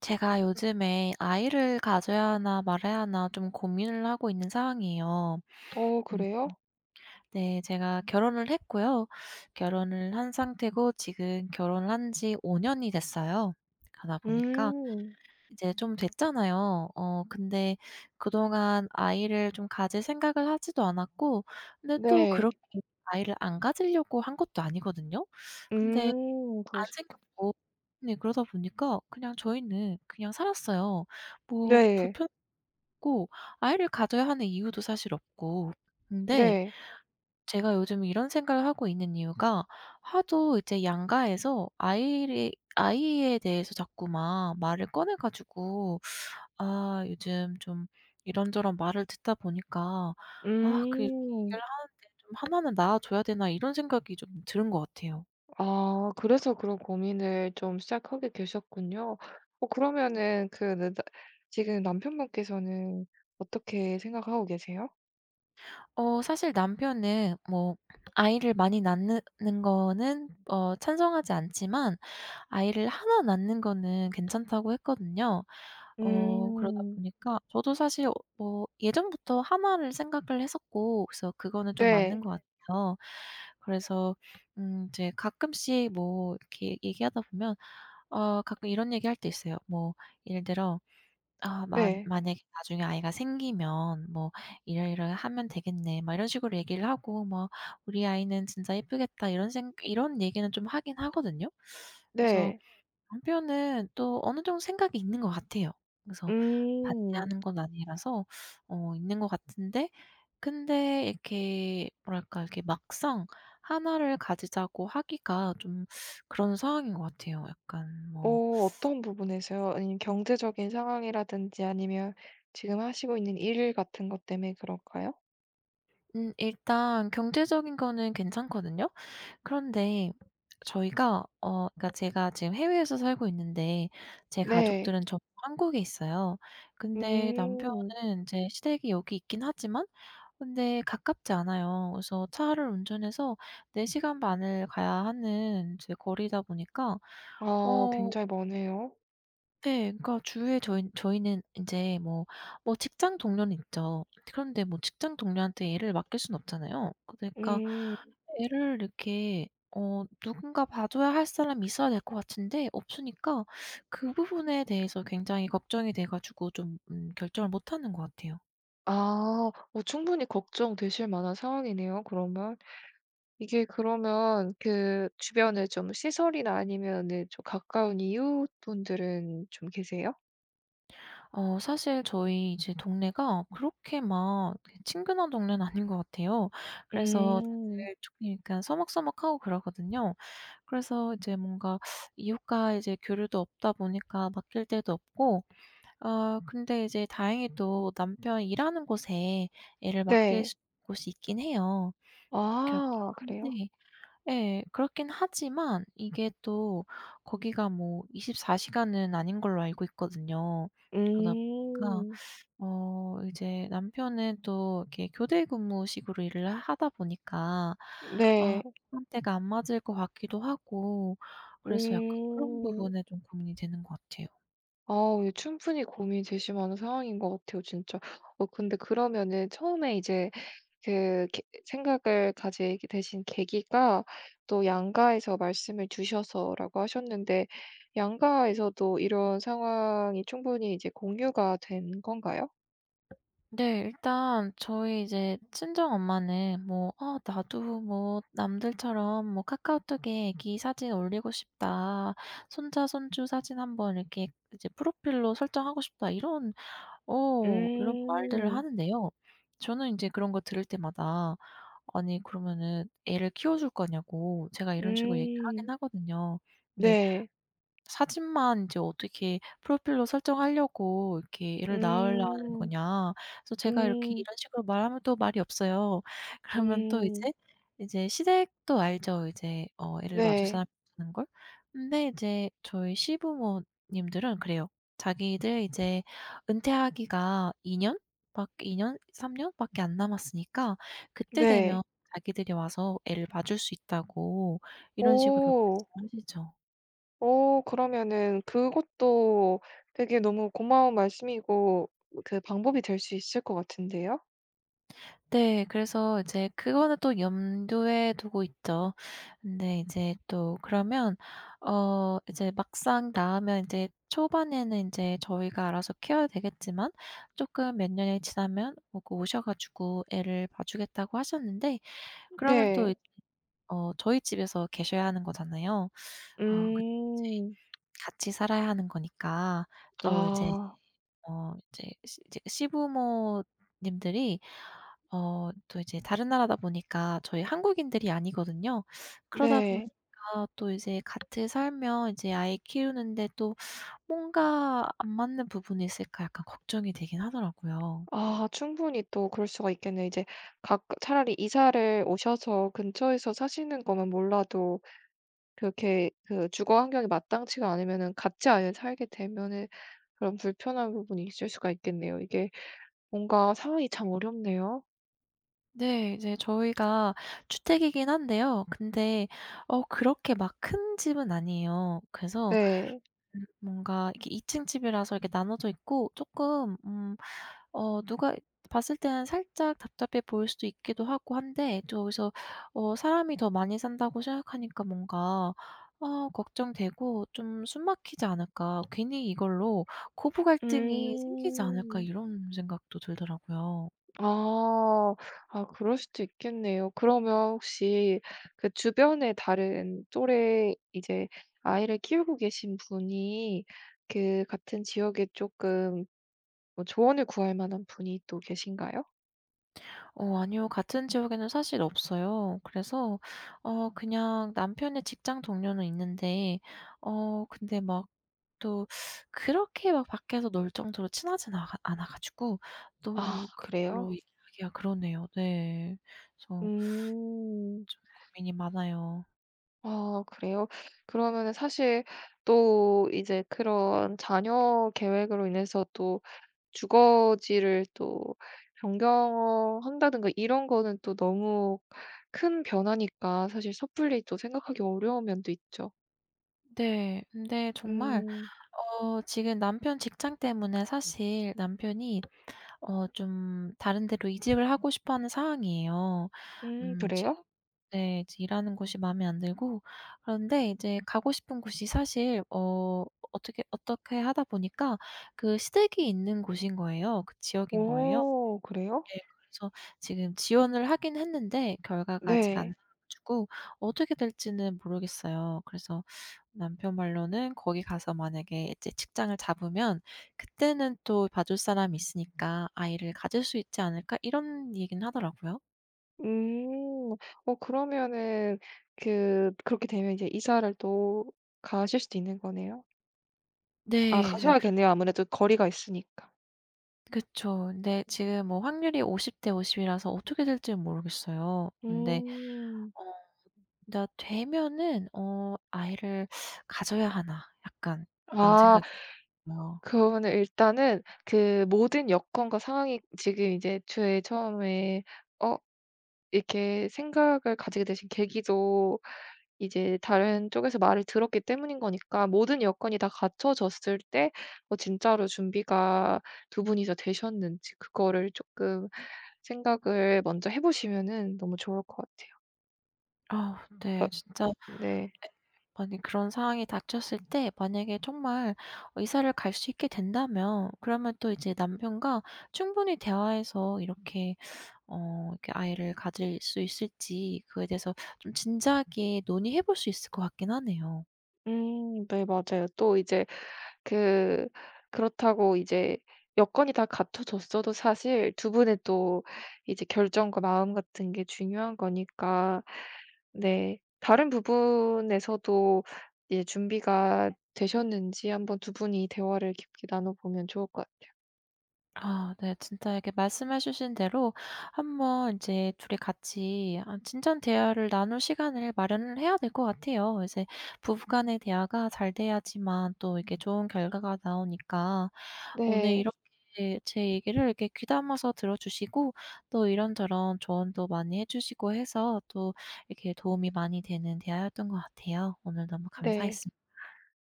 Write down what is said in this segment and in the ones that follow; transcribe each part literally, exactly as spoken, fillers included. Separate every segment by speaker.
Speaker 1: 제가 요즘에 아이를 가져야 하나 말아야 하나 좀 고민을 하고 있는 상황이에요.
Speaker 2: 어
Speaker 1: 음.
Speaker 2: 그래요?
Speaker 1: 네, 제가 결혼을 했고요. 결혼을 한 상태고 지금 결혼을 한 지 오 년이 됐어요. 가다 보니까
Speaker 2: 음.
Speaker 1: 이제 좀 됐잖아요. 어 근데 그동안 아이를 좀 가질 생각을 하지도 않았고, 근데 또
Speaker 2: 네.
Speaker 1: 그렇게 아이를 안 가지려고 한 것도 아니거든요. 근데
Speaker 2: 음
Speaker 1: 안
Speaker 2: 그러시
Speaker 1: 생겼고. 네, 그러다 보니까 그냥 저희는 그냥 살았어요. 뭐
Speaker 2: 네.
Speaker 1: 불편했고 아이를 가져야 하는 이유도 사실 없고. 근데
Speaker 2: 네.
Speaker 1: 제가 요즘 이런 생각을 하고 있는 이유가, 하도 이제 양가에서 아이를 아이에 대해서 자꾸만 말을 꺼내 가지고 아 요즘 좀 이런저런 말을 듣다 보니까 '아 그
Speaker 2: 음.
Speaker 1: 얘기를 하는데 좀 하나는 낳아 줘야 되나.' 이런 생각이 좀 드는 것 같아요.
Speaker 2: 아, 그래서 그런 고민을 좀 시작하게 되셨군요. 어 그러면은 그 느나 지금 남편분께서는 어떻게 생각하고 계세요?
Speaker 1: 어 사실 남편은 뭐 아이를 많이 낳는 거는 어 찬성하지 않지만 아이를 하나 낳는 거는 괜찮다고 했거든요. 어 그러다
Speaker 2: 음.
Speaker 1: 보니까 저도 사실 어 뭐 예전부터 하나를 생각을 했었고, 그래서 그거는 좀 맞는
Speaker 2: 네.
Speaker 1: 것 네. 같아요. 그래서 음 이제 가끔씩 뭐 이렇게 얘기하다 보면 어 가끔 이런 얘기할 때 있어요. 뭐 예를 들어 아 만
Speaker 2: 네.
Speaker 1: 만약에 나중에 아이가 생기면 뭐 "이러이러하면 되겠네." 막 이런 식으로 얘기를 하고, 뭐 "우리 아이는 진짜 예쁘겠다." 이런 생 이런 얘기는 좀 하긴 하거든요. 그래서
Speaker 2: 네.
Speaker 1: 남편은 또 어느 정도 생각이 있는 것 같아요. 그래서
Speaker 2: 음.
Speaker 1: 반대하는 건 아니라서 어 있는 것 같은데, 근데 이렇게 뭐랄까 이렇게 막상 하나를 가지자고 하기가 좀 그런 상황인 것 같아요. 약간 뭐.
Speaker 2: 어 어떤 부분에서요? 아니면 경제적인 상황이라든지 아니면 지금 하시고 있는 일 같은 것 때문에 그럴까요?
Speaker 1: 음 일단 경제적인 거는 괜찮거든요. 그런데 저희가 어 그러니까 제가 지금 해외에서 살고 있는데 제
Speaker 2: 네.
Speaker 1: 가족들은 전부 한국에 있어요. 근데 남편은
Speaker 2: 음.
Speaker 1: 인제 시댁이 여기 있긴 하지만 근데 가깝지 않아요. 그래서 차를 운전해서 네 시간 반을 가야 하는 이제 거리다 보니까.
Speaker 2: 아,
Speaker 1: 어
Speaker 2: 굉장히 머네요.
Speaker 1: 네, 그러니까 주위에 저희 저희는 인제 뭐 뭐 직장 동료는 있죠. 그런데 뭐 직장 동료한테 애를 맡길 수는 없잖아요. 그러니까
Speaker 2: 음.
Speaker 1: 애를 이렇게 어 누군가 봐 줘야 할 사람이 있어야 될 것 같은데 없으니까, 그 부분에 대해서 굉장히 걱정이 돼 가지고 좀 음 결정을 못 하는 것 같아요.
Speaker 2: 아 어 충분히 걱정되실 만한 상황이네요, 그러면. 이게 그러면 그 주변에 좀 시설이나 아니면은 좀 가까운 이웃분들은 좀 계세요?
Speaker 1: 어 사실 저희 이제 동네가 그렇게 막 친근한 동네는 아닌 것 같아요. 그래서
Speaker 2: 음.
Speaker 1: 다들 조금 약간 서먹서먹하고 그러거든요. 그래서 이제 뭔가 이웃과 이제 교류도 없다 보니까 맡길 데도 없고, 어 근데 이제 다행히도 남편 일하는 곳에 애를 맡길
Speaker 2: 네.
Speaker 1: 수 곳이 있긴 해요. 그렇긴
Speaker 2: 아, 그래요?
Speaker 1: 한데, 예, 그렇긴 하지만 이게 또 거기가 뭐 이십사 시간은 아닌 걸로 알고 있거든요. 그러다 보니까
Speaker 2: 음.
Speaker 1: 어 이제 남편은 또 이렇게 교대 근무식으로 일을 하다 보니까 어
Speaker 2: 네.
Speaker 1: 한때가 안 맞을 것 같기도 하고, 그래서 약간 그런
Speaker 2: 음.
Speaker 1: 부분에 좀 고민이 되는 것 같아요.
Speaker 2: 아우, 예, 충분히 고민되실 만한 상황인 것 같아요, 진짜. 어 근데 그러면은 처음에 이제 그 게- 생각을 가지게 되신 계기가 또 양가에서 말씀을 주셔서라고 하셨는데, 양가에서도 이런 상황이 충분히 이제 공유가 된 건가요?
Speaker 1: 네. 일단 저희 이제 친정엄마는 뭐 "아 나도 뭐 남들처럼 뭐 카카오톡에 애기 사진 올리고 싶다. 손자, 손주 사진 한번 이렇게 이제 프로필로 설정하고 싶다." 이런, 어 이런 말들을
Speaker 2: 음.
Speaker 1: 하는데요. 저는 이제 그런 거 들을 때마다 아니 그러면은 애를 키워줄 거냐고 제가 이런 식으로 얘기를 하긴
Speaker 2: 음.
Speaker 1: 하거든요. 근데
Speaker 2: 네.
Speaker 1: 사진만 이제 어떻게 프로필로 설정하려고 이렇게 애를 낳으려는
Speaker 2: 음.
Speaker 1: 거냐. 그래서 제가 이렇게
Speaker 2: 음.
Speaker 1: 이런 식으로 말하면 또 말이 없어요. 그러면 또
Speaker 2: 음.
Speaker 1: 이제 이제 시댁도 알죠. 이제 어 애를 봐줄
Speaker 2: 네.
Speaker 1: 사람이 없다는 걸. 근데 이제 저희 시부모님들은 그래요. 자기들 이제 은퇴하기가 이 년 밖 이 년 삼 년 밖에 안 남았으니까 그때 되면
Speaker 2: 네.
Speaker 1: 자기들이 와서 애를 봐줄 수 있다고 이런 식으로
Speaker 2: 오.
Speaker 1: 말씀하시죠.
Speaker 2: 오, 그러면은 그것도 되게 너무 고마운 말씀이고, 그 방법이 될 수 있을 것 같은데요?
Speaker 1: 네. 그래서 이제 그거는 또 염두에 두고 있죠. 근데 이제 또 그러면 어 이제 막상 나으면 인제 초반에는 인제 저희가 알아서 케어해야 되겠지만, 쪼끔 몇 년이 지나면 보고 오셔 가지고 애를 봐주겠다고 하셨는데, 그러면 또 이
Speaker 2: 네.
Speaker 1: 어 저희 집에서 계셔야 하는 거잖아요. 어 그 이제
Speaker 2: 음.
Speaker 1: 같이 살아야 하는 거니까. 또 이제
Speaker 2: 아,
Speaker 1: 어 이제 시 이제 시부모님들이 어 또 이제 다른 나라다 보니까 저희 한국인들이 아니거든요. 그러다
Speaker 2: 네.
Speaker 1: 보니까 또 이제 같이 살면 이제 아이 키우는데 또 뭔가 안 맞는 부분이 있을까 약간 걱정이 되긴 하더라고요.
Speaker 2: 아, 충분히 또 그럴 수가 있겠네요. 이제 각 차라리 이사를 오셔서 근처에서 사시는 거면 몰라도, 그렇게 그 주거 환경이 마땅치가 않으면은 같이 아예 살게 되면은 그런 불편한 부분이 있을 수가 있겠네요. 이게 뭔가 상황이 참 어렵네요.
Speaker 1: 네. 이제 저희가 주택이긴 한데요. 근데 어 그렇게 막 큰 집은 아니에요. 그래서
Speaker 2: 네.
Speaker 1: 음 뭔가 이렇게 이 층 집이라서 이렇게 나눠져 있고, 조금 음 어 누가 봤을 때는 살짝 답답해 보일 수도 있기도 하고 한데, 또 여기서 어 사람이 더 많이 산다고 생각하니까 뭔가 어 걱정되고, 좀 '숨 막히지 않을까? 괜히 이걸로 고부 갈등이 생기지 않을까?'
Speaker 2: 음.
Speaker 1: 이런 생각도 들더라고요.
Speaker 2: 아. 아, 그럴 수도 있겠네요. 그러면 혹시 그 주변에 다른 또래 이제 아이를 키우고 계신 분이, 그 같은 지역에 조금 뭐 조언을 구할 만한 분이 또 계신가요?
Speaker 1: 어 아니요, 같은 지역에는 사실 없어요. 그래서 어 그냥 남편의 직장 동료는 있는데, 어 근데 막 또 그렇게 막 밖에서 놀 정도로 친하진 않아 않아 가지고
Speaker 2: 아,
Speaker 1: 또 그걸로
Speaker 2: 그래요?
Speaker 1: 얘기하기가 그러네요. 네. 그래서
Speaker 2: 음.
Speaker 1: 좀 고민이 많아요.
Speaker 2: 아, 그래요? 그러면은 사실 또 이제 그런 자녀 계획으로 인해서 또 주거지를 또 변경한다든가 이런 거는 또 너무 큰 변화니까 사실 섣불리 또 생각하기 어려운 면도 있죠.
Speaker 1: 네, 근데 정말
Speaker 2: 음.
Speaker 1: 어 지금 남편 직장 때문에 사실 남편이 어 좀 다른 데로 이직을 하고 싶어 하는 상황이에요.
Speaker 2: 음,
Speaker 1: 음
Speaker 2: 그래요?
Speaker 1: 지금, 네, 이제 일하는 곳이 마음에 안 들고, 그런데 이제 가고 싶은 곳이 사실 어 어떻게 어떻게 하다 보니까 그 시댁이 있는 곳인 거예요. 그 지역인 거예요.
Speaker 2: 오, 그래요?
Speaker 1: 네. 그래서 지금 지원을 하긴 했는데 결과가 아직 안 음.
Speaker 2: 네.
Speaker 1: 나와 가지고 어떻게 될지는 모르겠어요. 그래서 남편 말로는 거기 가서 만약에 이제 직장을 잡으면 그때는 또 봐줄 사람이 있으니까 "아이를 가질 수 있지 않을까?" 이런 얘기는 하더라고요.
Speaker 2: 음. 어 그러면은 그 그렇게 되면 이제 이사를 또 가실 수도 있는 거네요? 아,
Speaker 1: 네. 그래서,
Speaker 2: 가셔야겠네요. 아무래도 거리가 있으니까.
Speaker 1: 그쵸. 근데 지금 뭐 확률이 오십 대 오십 이라서 어떻게 될지는 모르겠어요. 근데
Speaker 2: 음.
Speaker 1: 어 나 되면은 어 '아이를 가져야 하나?' 약간 그런
Speaker 2: 아,
Speaker 1: 생각이 들어요.
Speaker 2: 그러면은 일단은 그 모든 여건과 상황이 지금 이제 애초에 처음에 어 이렇게 생각을 가지게 되신 계기도 이제 다른 쪽에서 말을 들었기 때문인 거니까, 모든 여건이 다 갖춰졌을 때 어 진짜로 준비가 두 분이서 되셨는지 그거를 쪼끔 생각을 먼저 해 보시면은 너무 좋을 것 같아요.
Speaker 1: 아 네.
Speaker 2: 그러니까
Speaker 1: 진짜
Speaker 2: 네.
Speaker 1: 많이, 그런 상황이 닥쳤을 때 만약에 정말 어 이사를 갈 수 있게 된다면 그러면 또 이제 남편과 충분히 대화해서 이렇게 어 이렇게 아이를 가질 수 있을지 그거에 대해서 좀 진지하게 논의해 볼 수 있을 것 같긴 하네요.
Speaker 2: 음, 네, 맞아요. 또 이제 그 그렇다고 이제 여건이 다 갖춰졌어도 사실 두 분의 또 이제 결정과 마음 같은 게 중요한 거니까. 네. 다른 부분에서도 이제 준비가 되셨는지 한번 두 분이 대화를 깊게 나눠보면 좋을 것 같아요.
Speaker 1: 아 네. 진짜 이렇게 말씀해 주신 대로 한번 인제 둘이 같이 아 진전 대화를 나눌 시간을 마련을 해야 될 것 같아요. 이제 부부 간의 대화가 잘 돼야지만 또 이게 좋은 결과가 나오니까. 오늘
Speaker 2: 네.
Speaker 1: 이렇게 제 얘기를 이렇게 귀담아서 들어주시고 또 이런저런 조언도 많이 해주시고 해서 또 이렇게 도움이 많이 되는 대화였던 것 같아요. 오늘 너무
Speaker 2: 네.
Speaker 1: 감사했습 니.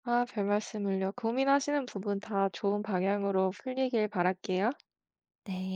Speaker 2: 아, 별말씀을요. 고민하시는 부분 다 좋은 방향으로 풀리길 바랄게요.
Speaker 1: 네.